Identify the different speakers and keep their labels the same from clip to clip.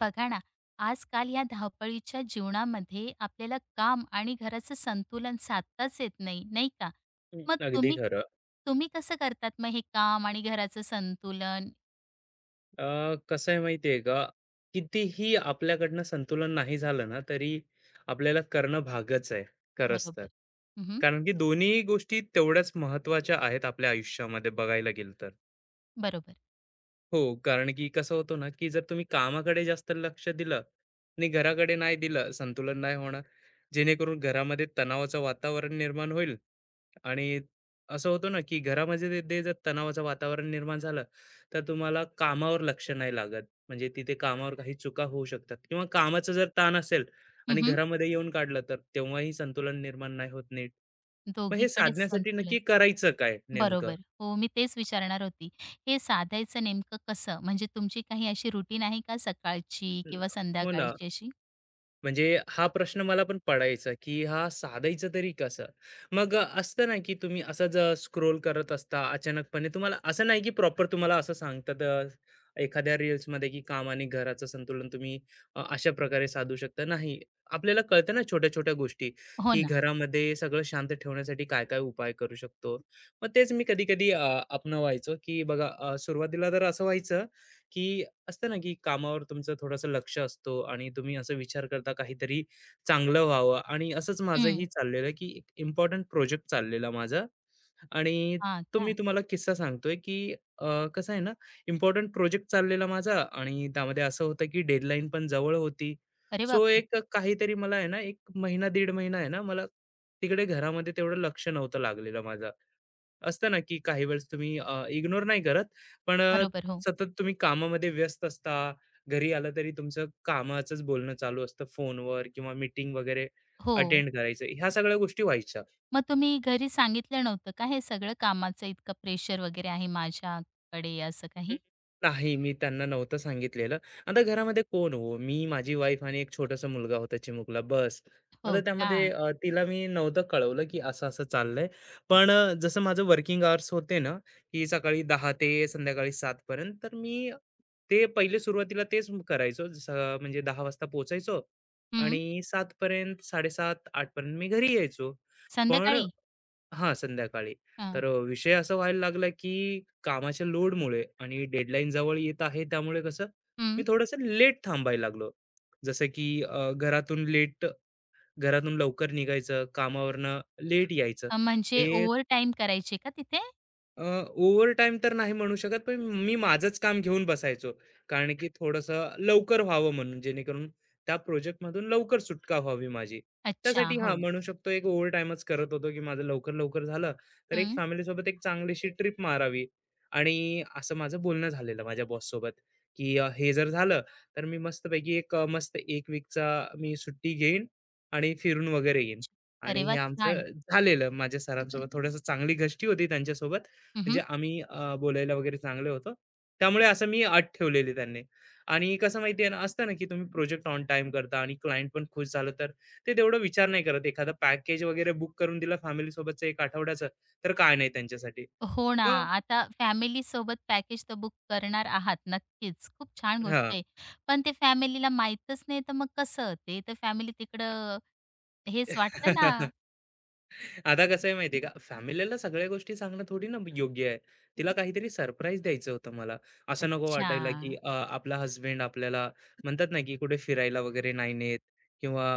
Speaker 1: बघा ना. आजकाल या धावपळीच्या जीवनामध्ये आपल्याला काम आणि घराचं संतुलन साधताच येत नाही, नाही का?
Speaker 2: हं,
Speaker 1: मग
Speaker 2: अगदी
Speaker 1: तुम्ही
Speaker 2: खरं.
Speaker 1: तुम्ही कसं करतात मग हे काम आणि घराचं संतुलन?
Speaker 2: कसं आहे माहिती आहे का, कितीही आपल्याकडनं संतुलन नाही झालं ना, तरी आपल्याला करणं भागच आहे, खरंच तर.
Speaker 1: बरोबर. उम्हम,
Speaker 2: कारण की दोन्ही गोष्टी तेवढ्याच महत्त्वाच्या आहेत आपल्या आयुष्यामध्ये बघायला गेलं तर.
Speaker 1: बरोबर.
Speaker 2: हो, कारण की कसं होतं ना, की जर तुम्ही कामाकडे जास्त लक्ष दिलं आणि घराकडे नाही दिलं, संतुलन नाही होणार. जेणेकरून घरामध्ये तणावाचं वातावरण निर्माण होईल आणि असं होतं ना, की घरामध्ये ते ते जर तणावाचं वातावरण निर्माण झालं, तर तुम्हाला कामावर लक्ष नाही लागत. म्हणजे तिथे कामावर काही चुका होऊ शकतात किंवा कामाचा जर ताण असेल आणि
Speaker 1: उम्हम,
Speaker 2: घरामध्ये येऊन काढलं, तर तेव्हाही संतुलन निर्माण नाही होत नीट. मग हे
Speaker 1: दोघीकडे
Speaker 2: साधण्यासाठी
Speaker 1: संतुलन.
Speaker 2: नक्की करायचं काय नेमकं?
Speaker 1: बरोबर हो, मी तेच विचारणार होती. हे साधायचं नेमकं कसं? म्हणजे तुमची काही अशी रुटीन आहे का, सकाळची
Speaker 2: हं,
Speaker 1: किंवा
Speaker 2: हो ना.
Speaker 1: संध्याकाळची अशी?
Speaker 2: म्हणजे हा प्रश्न मला पण पडायचा, की हा साधायचा तरी कसा? मग असतं ना, की तुम्ही असंच स्क्रोल करत असता अचानकपणे तुम्हाला असं नाही, की प्रॉपर तुम्हाला असं सांगतात एखाद्या रील्समध्ये, की काम आणि घराचं संतुलन तुम्ही अशा प्रकारे साधू शकता. नाही, आपल्याला कळतं ना छोट्या-छोट्या गोष्टी,
Speaker 1: हो
Speaker 2: की
Speaker 1: ना.
Speaker 2: घरामध्ये सगळं शांत ठेवण्यासाठी काय-काय उपाय करू शकतो. मग तेच मी कधी-कधी अपनवायचो, की बघा सुरुवातीला तर असं व्हायचं, की असतं ना की कामावर तुमचं थोडंसं लक्ष असतो आणि तुम्ही असं विचार करता काहीतरी चांगलं व्हावं आणि असंच
Speaker 1: हं.
Speaker 2: माझंही चाललेलं की एक इम्पॉर्टंट प्रोजेक्ट चाललेला माझा आणि
Speaker 1: हा
Speaker 2: तो
Speaker 1: का?
Speaker 2: मी तुम्हाला किस्सा सांगतोय की अ, कसं आहे ना, इम्पॉर्टंट प्रोजेक्ट चाललेला माझा आणि त्यामध्ये असं होतं की डेडलाईन पण जवळ होती.
Speaker 1: अरे
Speaker 2: सो
Speaker 1: बापरे.
Speaker 2: एक काहीतरी मला आहे ना, एक महिना दीड महिना आहे ना मला, तिकडे घरामध्ये तेवढं लक्ष नव्हतं लागलेलं माझं. असतं ना, की काही वेळेस तुम्ही इग्नोर नाही करत, पण
Speaker 1: बरोबर हो.
Speaker 2: सतत तुम्ही कामामध्ये व्यस्त असता. घरी आला तरी तुमचं कामाचंच बोलणं चालू असतं फोनवर किंवा मीटिंग वगैरे
Speaker 1: हो.
Speaker 2: अटेंड करायचं. ह्या सगळ्या गोष्टी व्हायच्या.
Speaker 1: मग तुम्ही घरी सांगितलं नव्हतं का, हे सगळं कामाचं इतकं प्रेशर वगैरे आहे माझ्याकडे असं
Speaker 2: हं,
Speaker 1: काही?
Speaker 2: नाही, मी त्यांना नव्हतं सांगितलेलं. आता घरामध्ये कोण हो? मी, माझी वाईफ आणि एक छोटासा मुलगा होता चिमुकला, बस. आता
Speaker 1: हो का?
Speaker 2: त्यामध्ये तिला मी नव्हतं कळवलं, की असं-असं चाललंय. पण जसं माझं वर्किंग अवर्स होते ना, की सकाळी 10 ते संध्याकाळी 7 पर्यंत, तर मी ते पहिले सुरुवातीला तेच करायचो. जसं म्हणजे 10 वाजता पोहोचायचो
Speaker 1: हं.
Speaker 2: आणि 7 पर्यंत, 7:30-8 पर्यंत मी घरी यायचो. पण
Speaker 1: संध्याकाळी?
Speaker 2: हां, संध्याकाळी.
Speaker 1: हां.
Speaker 2: तर विषय असा व्हायला लागला, की कामाच्या लोडमुळे आणि डेडलाईन जवळ येत आहे, त्यामुळे कसं मी
Speaker 1: हं.
Speaker 2: थोडंसं लेट थांबायला लागलो. जसं की अ, घरातून लेट घरातून लवकर निघायचं, कामावरनं लेट यायचं.
Speaker 1: म्हणजे
Speaker 2: हे
Speaker 1: ओव्हरटाईम करायचे का तिथे?
Speaker 2: अ, ओव्हरटाईम तर नाही म्हणू शकत, पण मी माझंच काम घेऊन बसायचो. कारण की थोडंसं लवकर व्हावं म्हणून, जेणेकरून त्या प्रोजेक्टमधून लवकर सुटका व्हावी माझी.
Speaker 1: अच्छा.
Speaker 2: त्यासाठी हां,
Speaker 1: हो.
Speaker 2: म्हणू शकतो एक ओव्हरटाईमच करत होतो, की माझं लवकर-लवकर झालं, तर एक
Speaker 1: हं.
Speaker 2: फॅमिलीसोबत एक चांगलीशी ट्रिप मारावी. आणि असं माझं बोलणं झालेलं माझ्या बॉससोबत, की हे जर झालं, तर मी मस्तपैकी एक मस्त 1 वीकचा मी सुट्टी घेईन आणि फिरून वगैरे येईन. आणि
Speaker 1: अरे
Speaker 2: हे
Speaker 1: वाह!
Speaker 2: आमचं
Speaker 1: छान.
Speaker 2: झालेलं माझ्या सरांसोबत. थोडंसं चांगली घष्टी होती त्यांच्यासोबत. म्हणजे
Speaker 1: हं.
Speaker 2: आम्ही बोलायला वगैरे चांगले होतो. त्यामुळे असं मी अट ठेवलेली त्यांनी. आणि कसं माहिती आहे ना, असतं ना, की तुम्ही प्रोजेक्ट ऑन टाइम करता आणि क्लायंट पण खुश झालं, तर ते तेवढा विचार नाही करत. एखादा पॅकेज वगैरे बुक करून दिलं फॅमिलीसोबतचं 1 आठवड्याचं, तर काय नाही त्यांच्यासाठी.
Speaker 1: हो ना.
Speaker 2: मग
Speaker 1: आता फॅमिली सोबत पॅकेज तर बुक करणार आहात नक्कीच. खूप छान गोष्ट
Speaker 2: हां.
Speaker 1: आहे. पण ते फॅमिलीला माहीतच नाही, तर मग कसं? ते तर फॅमिली तिकडं. हेच वाटतं ना.
Speaker 2: आता कसं आहे माहिती का, फॅमिलीला सगळ्या गोष्टी सांगणं थोडी ना योग्य आहे. तिला काहीतरी सरप्राईज द्यायचं होतं मला. असं नको
Speaker 1: अच्छा.
Speaker 2: वाटायला, की आपला हसबँड आपल्याला म्हणतात ना, की कुठे फिरायला वगैरे नाही नेत किंवा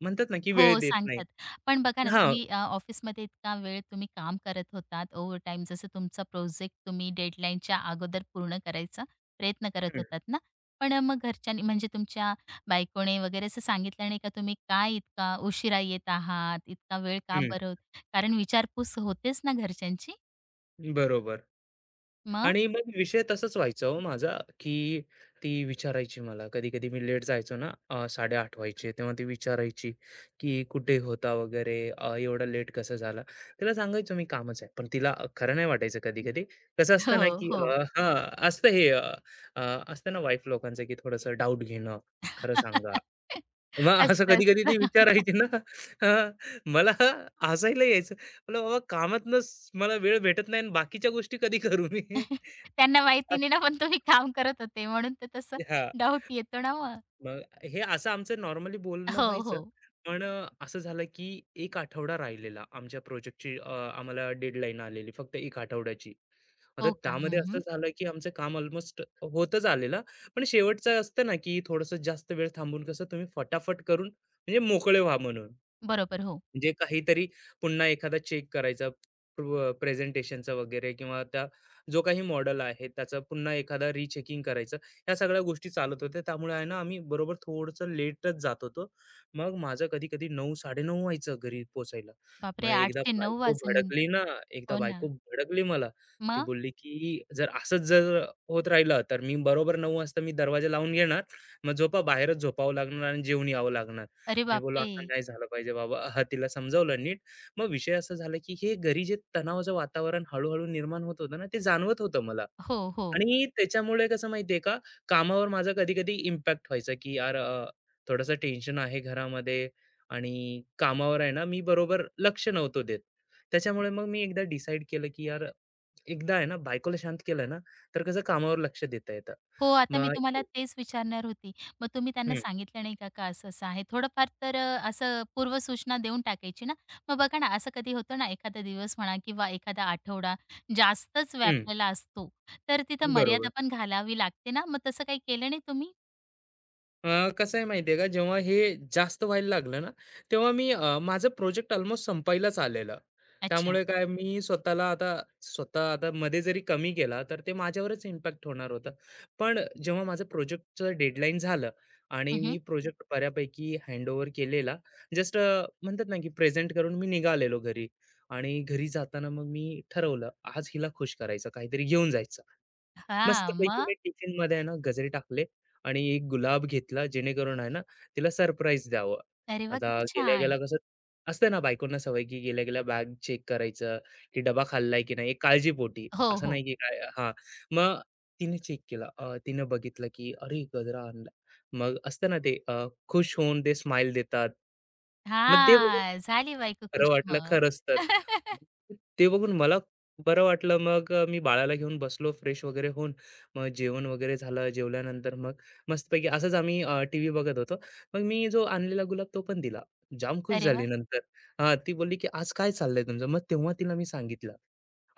Speaker 2: म्हणतात ना, की वेळ
Speaker 1: हो,
Speaker 2: देत नाही.
Speaker 1: सांगतात. पण बघा ना,
Speaker 2: हां.
Speaker 1: तुम्ही ऑफिसमध्ये इतका वेळ तुम्ही काम करत होतात, ओव्हरटाईम जसं तुमचा प्रोजेक्ट तुम्ही डेडलाईनच्या अगोदर पूर्ण करायचा प्रयत्न करत
Speaker 2: हं,
Speaker 1: होतात ना. पण मग घरच्यांनी म्हणजे तुमच्या बायकोने वगैरे असं सांगितलं नाही का, तुम्ही काय इतका उशिरा येत आहात, इतका वेळ का
Speaker 2: हं.
Speaker 1: बरं होत? कारण विचारपूस होतेच ना घरच्यांची.
Speaker 2: बरोबर.
Speaker 1: मग
Speaker 2: आणि मग विषय तसंच व्हायचा हो माझा, की ती विचारायची मला कधी-कधी मी लेट जायचो ना, 8:30 व्हायचे तेव्हा ती विचारायची, की "कुठे होता वगैरे? एवढा लेट कसा झाला?" तिला सांगायचो मी कामच आहे. पण तिला खरं नाही वाटायचं कधी-कधी. कसं
Speaker 1: हो,
Speaker 2: असतं ना, की
Speaker 1: हो.
Speaker 2: अ, हां, असतं हे अ, अ, असतं ना वाईफ लोकांचं, की थोडंसं डाउट घेणं, खरं सांगा. मग असं
Speaker 1: असतं,
Speaker 2: कधी-कधी ती
Speaker 1: असतं.
Speaker 2: विचारायची ना, हां, मला हसायला यायचं. म्हटलं, "बाबा कामातनंच मला वेळ भेटत नाही आणि बाकीच्या गोष्टी कधी करू मी?"
Speaker 1: त्यांना माहिती नाही ना, पण तुम्ही काम करत होते म्हणून तर तसं
Speaker 2: असं हां.
Speaker 1: डाऊट येतो ना मग.
Speaker 2: मग हे असं आमचं नॉर्मली बोलणं
Speaker 1: हो,
Speaker 2: व्हायचं.
Speaker 1: हो.
Speaker 2: पण असं झालं की 1 आठवडा राहिलेला आमच्या प्रोजेक्टची, आम्हाला डेडलाईन आलेली फक्त 1 आठवड्याची. आता
Speaker 1: हो का?
Speaker 2: त्यामध्ये
Speaker 1: हं,
Speaker 2: असं
Speaker 1: हं.
Speaker 2: झालं की आमचं काम ऑलमोस्ट होतच आलेलं. पण शेवटचं असतं ना की थोडंसं जास्त वेळ थांबून कसं तुम्ही फटाफट करून म्हणजे मोकळे व्हा म्हणून.
Speaker 1: बरोबर, हो.
Speaker 2: म्हणजे काहीतरी पुन्हा एखादा चेक करायचा, प्रेझेंटेशनचा वगैरे किंवा त्या जो काही मॉडेल आहे त्याचा पुन्हा एखादा रिचेकिंग करायचं. ह्या सगळ्या गोष्टी चालत होत्या, त्यामुळे आहे ना, आम्ही बरोबर थोडंसं लेटच जात होतो. मग माझं कधी कधी नऊ साडेनऊ व्हायचं घरी पोचायला. मग
Speaker 1: बापरे! 8:00 ते 9:00 वाजून.
Speaker 2: एकदा
Speaker 1: हो ना.
Speaker 2: बायको भडकली मला. ती
Speaker 1: मग?
Speaker 2: बोलली की जर असंच जर होत राहिलं, तर मी बरोबर नऊ वाजता मी दरवाजा लावून घेणार. मग झोपा बाहेरच झोपावं लागणार आणि जेवून यावं लागणार.
Speaker 1: अरे
Speaker 2: मी बोललो,
Speaker 1: बापरे!
Speaker 2: असं नाही झालं पाहिजे बाबा. हां, तिला समजावलं नीट. मग विषय असा झाला, की हे घरी जे तणावाचं वातावरण हळू-हळू निर्माण होत होतं ना, ते जाणवत होतं मला.
Speaker 1: हो, हो.
Speaker 2: आणि त्याच्यामुळे कसं माहिती आहे का, कामावर माझा कधी-कधी इम्पॅक्ट व्हायचा, की यार थोडंसं टेन्शन आहे घरामध्ये आणि कामावर आहे ना, मी बरोबर लक्ष नव्हतो देत. त्याच्यामुळे मग मी एकदा डिसाईड केलं, की यार एकदा आहे ना, बायकोला शांत केलं ना, तर कसं कामावर लक्ष देता येतं.
Speaker 1: हो, आता मी
Speaker 2: मग
Speaker 1: तुम्हाला तेच विचारणार होती. मग तुम्ही त्यांना
Speaker 2: हं,
Speaker 1: सांगितलं नाही का, का असं-असं आहे? थोडंफार तर असं पूर्वसूचना देऊन टाकायची ना. मग बघा ना, असं कधी होतं ना, एखादा दिवस म्हणा किंवा एखादा आठवडा जास्तच
Speaker 2: हं.
Speaker 1: व्यापलेला असतो, तर तिथं मर्यादा
Speaker 2: बरोबर.
Speaker 1: पण घालावी लागते ना. मग तसं काही केलं नाही तुम्ही?
Speaker 2: कसं आहे माहिती आहे का, जेव्हा हे जास्त व्हायला लागलं ना, तेव्हा मी माझं प्रोजेक्ट ऑलमोस्ट संपायलाच आलेलं.
Speaker 1: अच्छा.
Speaker 2: त्यामुळे काय मी स्वतः आता मध्ये जरी कमी केला, तर ते माझ्यावरच इम्पॅक्ट होणार होता. पण जेव्हा माझं प्रोजेक्टचं डेडलाईन झालं आणि
Speaker 1: हं,
Speaker 2: मी
Speaker 1: हं.
Speaker 2: प्रोजेक्ट बऱ्यापैकी हँडओव्हर केलेला. जस्ट म्हणतात ना, की प्रेझेंट करून मी निघालेलो घरी. आणि घरी जाताना मग मी ठरवलं, आज हिला खुश करायचं, काहीतरी घेऊन जायचं. मस्तपैकी
Speaker 1: मग?
Speaker 2: मी टिफिनमध्ये आहे ना गजरे टाकले आणि एक गुलाब घेतला, जेणेकरून आहे ना, तिला सरप्राईज द्यावं.
Speaker 1: अरे वाह!
Speaker 2: आता
Speaker 1: किती
Speaker 2: गेल्या
Speaker 1: छान.
Speaker 2: गेल्या कसं असतं ना बायकोंना सवय, की गेल्या गेल्या बॅग चेक करायचं, की डबा खाल्लाय की नाही, एक काळजीपोटी.
Speaker 1: हो,
Speaker 2: असं
Speaker 1: हो.
Speaker 2: नाही की काय हां. मग तिने चेक केला. तिनं बघितलं की "अरे, गजरा आणला." मग असतं ना ते खुश होऊन ते स्माईल देतात. मग ते बघून
Speaker 1: हां, झाली बायको
Speaker 2: खरं
Speaker 1: खुश
Speaker 2: वाटलं
Speaker 1: मग.
Speaker 2: खरंच तर. आणि ते बघून मला बरं वाटलं. मग मी बाळाला घेऊन बसलो फ्रेश वगैरे होऊन. मग जेवण वगैरे झालं. जेवल्यानंतर मग मस्तपैकी असंच आम्ही टीव्ही बघत होतो. मग मी जो आणलेला गुलाब तो पण दिला. जाम खुश
Speaker 1: अरे वाह!
Speaker 2: झाली नंतर. हां, ती बोलली, की "आज काय चाललंय तुमचं?" मग तेव्हा तिला मी सांगितलं.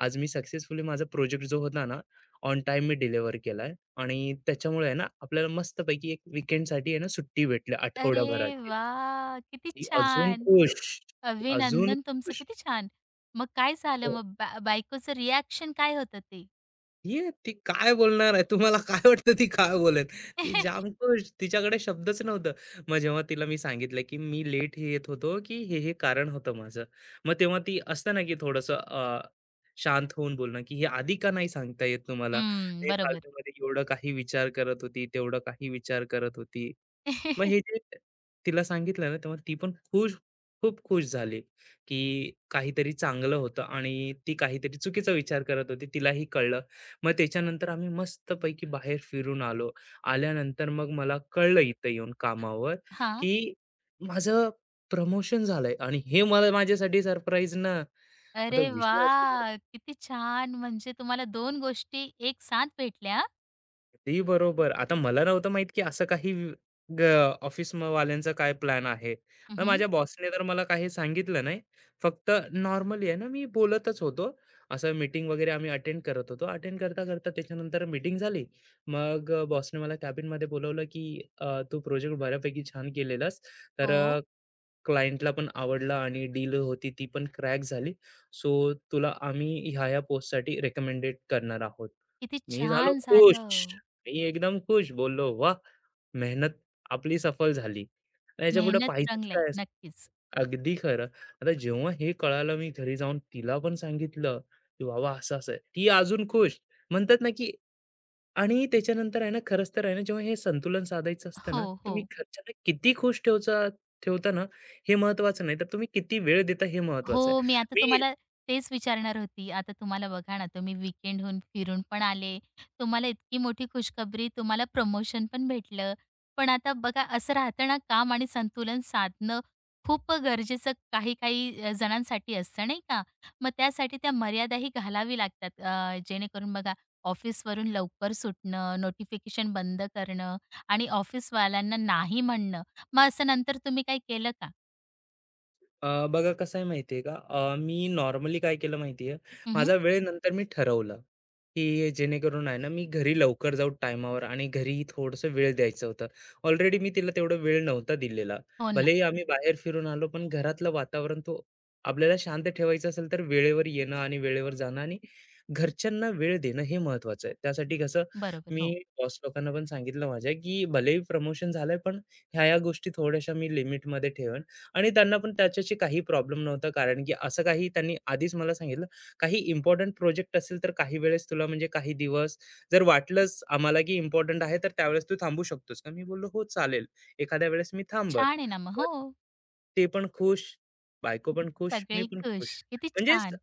Speaker 2: आज मी सक्सेसफुली माझा प्रोजेक्ट जो होता ना, ऑन टाईम मी डिलिव्हर केलाय आणि त्याच्यामुळे आहे ना, आपल्याला मस्तपैकी एक वीकेंडसाठी आहे ना, सुट्टी भेटली
Speaker 1: अरे
Speaker 2: आठवडाभराची.
Speaker 1: वाह! किती
Speaker 2: ती अजून
Speaker 1: छान.
Speaker 2: खुश, अजून
Speaker 1: अभिनंदन तुमचं,
Speaker 2: खुश.
Speaker 1: किती छान. मग काय झालं
Speaker 2: हो.
Speaker 1: मग बायकोचं रिएक्शन काय होतं ते?
Speaker 2: ये ती काय बोलणार आहे? तुम्हाला काय वाटतं ती काय बोलेल? ती जामखुश. तिच्याकडे शब्दच नव्हतं. मग जेव्हा तिला मी सांगितलं, की मी लेट हे येत होतो, की हे, हे कारण होतं माझं. मग तेव्हा ती असतं ना, की थोडंसं शांत होऊन बोलणं, की हे आधी का नाही सांगता येत तुम्हाला?
Speaker 1: हं,
Speaker 2: हे
Speaker 1: बरोबर.
Speaker 2: फालतूमध्ये एवढं काही विचार करत होती, तेवढं काही विचार करत होती. मग हे जे तिला सांगितलं ना, तेव्हा ती पण खुश, खूप खुश झाली, की काहीतरी चांगलं होतं आणि ती काहीतरी चुकीचा विचार करत होती. तिलाही कळलं. मग त्याच्यानंतर आम्ही मस्तपैकी बाहेर फिरून आलो. आल्यानंतर मग मला कळलं इथं येऊन कामावर,
Speaker 1: हां.
Speaker 2: की माझं प्रमोशन झालंय आणि हे मला माझ्यासाठी सरप्राईज ना. आता
Speaker 1: अरे
Speaker 2: विषय असा झाला,
Speaker 1: वाह! किती छान. म्हणजे तुम्हाला दोन गोष्टी एक साथ भेटल्या.
Speaker 2: अगदी बरोबर. आता मला नव्हतं माहित, की असं काही ऑफिस वाल्यांचा काय प्लॅन आहे.
Speaker 1: हं,
Speaker 2: मग
Speaker 1: हं.
Speaker 2: माझ्या बॉसने तर मला काही सांगितलं नाही. फक्त नॉर्मली आहे ना, मी बोलतच होतो. असं मीटिंग वगैरे आम्ही अटेंड करत होतो. अटेंड करता-करता त्याच्यानंतर मीटिंग झाली. मग बॉसने मला कॅबिनमध्ये बोलावलं, की "तू प्रोजेक्ट बऱ्यापैकी छान केलेलास. तर
Speaker 1: हो.
Speaker 2: क्लायंटला पण आवडला आणि डील होती ती पण क्रॅक झाली. सो तुला आम्ही ह्या-ह्या पोस्टसाठी रिकमेंडेड करणार आहोत."
Speaker 1: किती
Speaker 2: मी झालो
Speaker 1: छान
Speaker 2: खुश.
Speaker 1: झालं.
Speaker 2: मी एकदम खुश. बोललो, वा, मेहनत आपली सफल झाली." याच्यापुढे
Speaker 1: मेहनत
Speaker 2: पाहिजेच
Speaker 1: रंगलाय.
Speaker 2: काय असतं?
Speaker 1: नक्कीच.
Speaker 2: अगदी खरं. आता जेव्हा हे कळालं मी घरी जाऊन तिला पण सांगितलं, की "बाबा असं-असं आहे." ती अजून खुश. म्हणतात ना, की आणि त्याच्यानंतर आहे ना, खरंच तर आहे ना, जेव्हा हे संतुलन साधायचं असतं
Speaker 1: हो,
Speaker 2: ना, तुम्ही
Speaker 1: हो.
Speaker 2: घरच्यांना किती खुश ठेवता ना, हे महत्त्वाचं नाही, तर तुम्ही किती वेळ देता हे महत्त्वाचं आहे.
Speaker 1: हो, मी आता
Speaker 2: मी
Speaker 1: तुम्हाला तेच विचारणार होती. आता तुम्हाला बघा ना, तुम्ही वीकेंडहून फिरून पण आले. तुम्हाला इतकी मोठी खुशखबरी, तुम्हाला प्रमोशन पण भेटलं. पण आता बघा असं राहतं ना, काम आणि संतुलन साधणं खूप गरजेचं काही-काही जणांसाठी असतं, नाही का? मग त्यासाठी त्या मर्यादाही घालावी लागतात. जेणेकरून बघा, ऑफिसवरून लवकर सुटणं, नोटिफिकेशन बंद करणं आणि ऑफिसवाल्यांना नाही म्हणणं. मग असं नंतर तुम्ही काही केलं का?
Speaker 2: बघा कसं आहे माहिती का? मी नॉर्मली काय केलं माहिती आहे?
Speaker 1: हं.
Speaker 2: माझा वेळेनंतर मी ठरवलं, की जेणेकरून आहे ना, मी घरी लवकर जाऊ टायमावर आणि घरी थोडंसं वेळ द्यायचं होतं. ऑलरेडी मी तिला तेवढा वेळ नव्हता दिलेला.
Speaker 1: हो ना.
Speaker 2: भलेही आम्ही बाहेर फिरून आलो, पण घरातलं वातावरण तो आपल्याला शांत ठेवायचं असेल, तर वेळेवर येणं आणि वेळेवर जाणं आणि घरच्यांना वेळ देणं हे महत्त्वाचं आहे. त्यासाठी कसं
Speaker 1: बरोबर,
Speaker 2: मी
Speaker 1: हो.
Speaker 2: बॉस लोकांना पण सांगितलं माझ्या, की भलेही प्रमोशन झालंय, पण ह्या-ह्या गोष्टी थोड्याशा मी लिमिटमध्ये ठेवेन. आणि त्यांना पण त्याच्याशी काही प्रॉब्लेम नव्हता. कारण की असं काही त्यांनी आधीच मला सांगितलं, "काही इम्पोर्टंट प्रोजेक्ट असेल तर काही वेळेस तुला म्हणजे काही दिवस, जर वाटलंच आम्हाला की इम्पोर्टंट आहे, तर त्यावेळेस तू थांबू शकतोस का?" मी बोललो, "हो, चालेल. एखाद्या वेळेस मी थांबत."
Speaker 1: छान आहे ना मग.
Speaker 2: तर
Speaker 1: हो.
Speaker 2: ते पण खुश, बायको पण खुश,
Speaker 1: सगळे
Speaker 2: मी पण
Speaker 1: खुश.
Speaker 2: खुश.
Speaker 1: किती
Speaker 2: म्हणजे
Speaker 1: छान.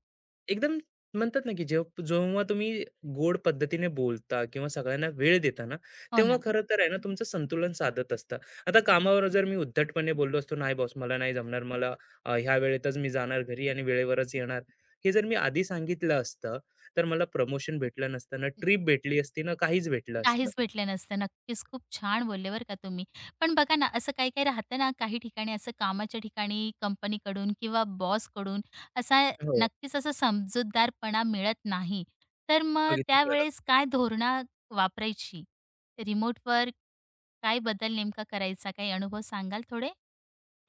Speaker 2: एकदम म्हणतात ना, की जेव्हा जेव्हा तुम्ही गोड पद्धतीने बोलता किंवा सगळ्यांना वेळ देता ना,
Speaker 1: हो
Speaker 2: तेव्हा
Speaker 1: ना.
Speaker 2: खरं तर आहे ना, तुमचं संतुलन साधत असता. आता कामावर जर मी उद्धटपणे बोललो असतो, "नाही बॉस, मला नाही जमणार. मला ह्या वेळेतच मी जाणार घरी आणि वेळेवरच येणार." हे जर मी आधी सांगितलं असतं, तर मला प्रमोशन भेटलं नसतं, ना ट्रिप भेटली असती, ना काहीच भेटलं असतं.
Speaker 1: काहीच भेटलं नसतं. नक्कीच खूप छान बोलले बरं का तुम्ही. पण बघा ना, असं काही-काही राहतं ना, काही ठिकाणी असं कामाच्या ठिकाणी कंपनीकडून किंवा बॉसकडून असा
Speaker 2: हो,
Speaker 1: नक्कीच असा समजूतदारपणा मिळत नाही. तर मग
Speaker 2: अगदी.
Speaker 1: त्यावेळेस काय वापरायची? रिमोटवर काय बदल नेमका करायचा? काही अनुभव सांगाल थोडे?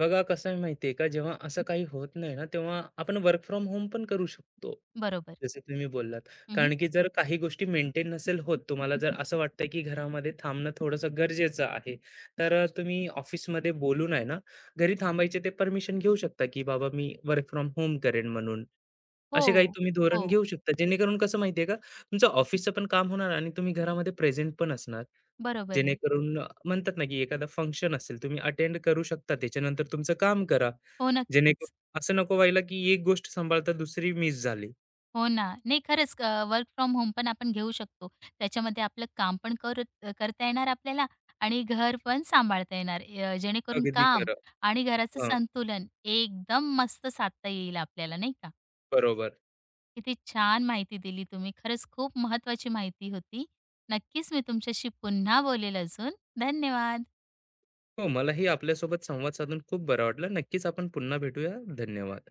Speaker 2: बघा कसं आहे माहितीये का, जेव्हा असं काही होत नाही ना, तेव्हा आपण वर्क फ्रॉम होम पण करू शकतो,
Speaker 1: बरोबर.
Speaker 2: जसं तुम्ही बोललात.
Speaker 1: हं,
Speaker 2: कारण की जर काही गोष्टी मेंटेन नसेल होत, तुम्हाला जर असं वाटतंय की घरामध्ये थांबणं थोडंसं गरजेचं आहे, तर तुम्ही ऑफिसमध्ये बोलून आहे ना, घरी थांबायचे ते परमिशन घेऊ शकता, की बाबा मी वर्क फ्रॉम होम करेन म्हणून. असे काही
Speaker 1: हो.
Speaker 2: तुम्ही धोरण
Speaker 1: हो.
Speaker 2: घेऊ शकता, जेणेकरून कसं माहिती आहे का, तुमचं ऑफिसचं पण काम होणार आणि तुम्ही घरामध्ये प्रेझेंट पण असणार.
Speaker 1: बरोबर आहे.
Speaker 2: जेणेकरून म्हणतात ना, की एखादा फंक्शन असेल, तुम्ही अटेंड करू शकता. त्याच्यानंतर तुमचं काम करा.
Speaker 1: हो, नक्कीच.
Speaker 2: जेणेकरून असं नको व्हायला, की एक गोष्ट सांभाळता दुसरी मिस झाली.
Speaker 1: हो ना. नाही, खरंच वर्क फ्रॉम होम पण आपण घेऊ शकतो. त्याच्यामध्ये आपलं काम पण करत करता येणार आपल्याला आणि घर पण सांभाळता येणार. जेणेकरून
Speaker 2: अगदी
Speaker 1: काम
Speaker 2: खरं.
Speaker 1: आणि घराचं
Speaker 2: हां,
Speaker 1: संतुलन एकदम मस्त साधता येईल आपल्याला, नाही का?
Speaker 2: बरोबर.
Speaker 1: किती छान माहिती दिली तुम्ही. खरंच खूप महत्त्वाची माहिती होती. नक्कीच मी तुमच्याशी पुन्हा बोलेल अजून. धन्यवाद.
Speaker 2: हो, मलाही आपल्यासोबत संवाद साधून खूप बरं वाटलं. नक्कीच आपण पुन्हा भेटूया. धन्यवाद.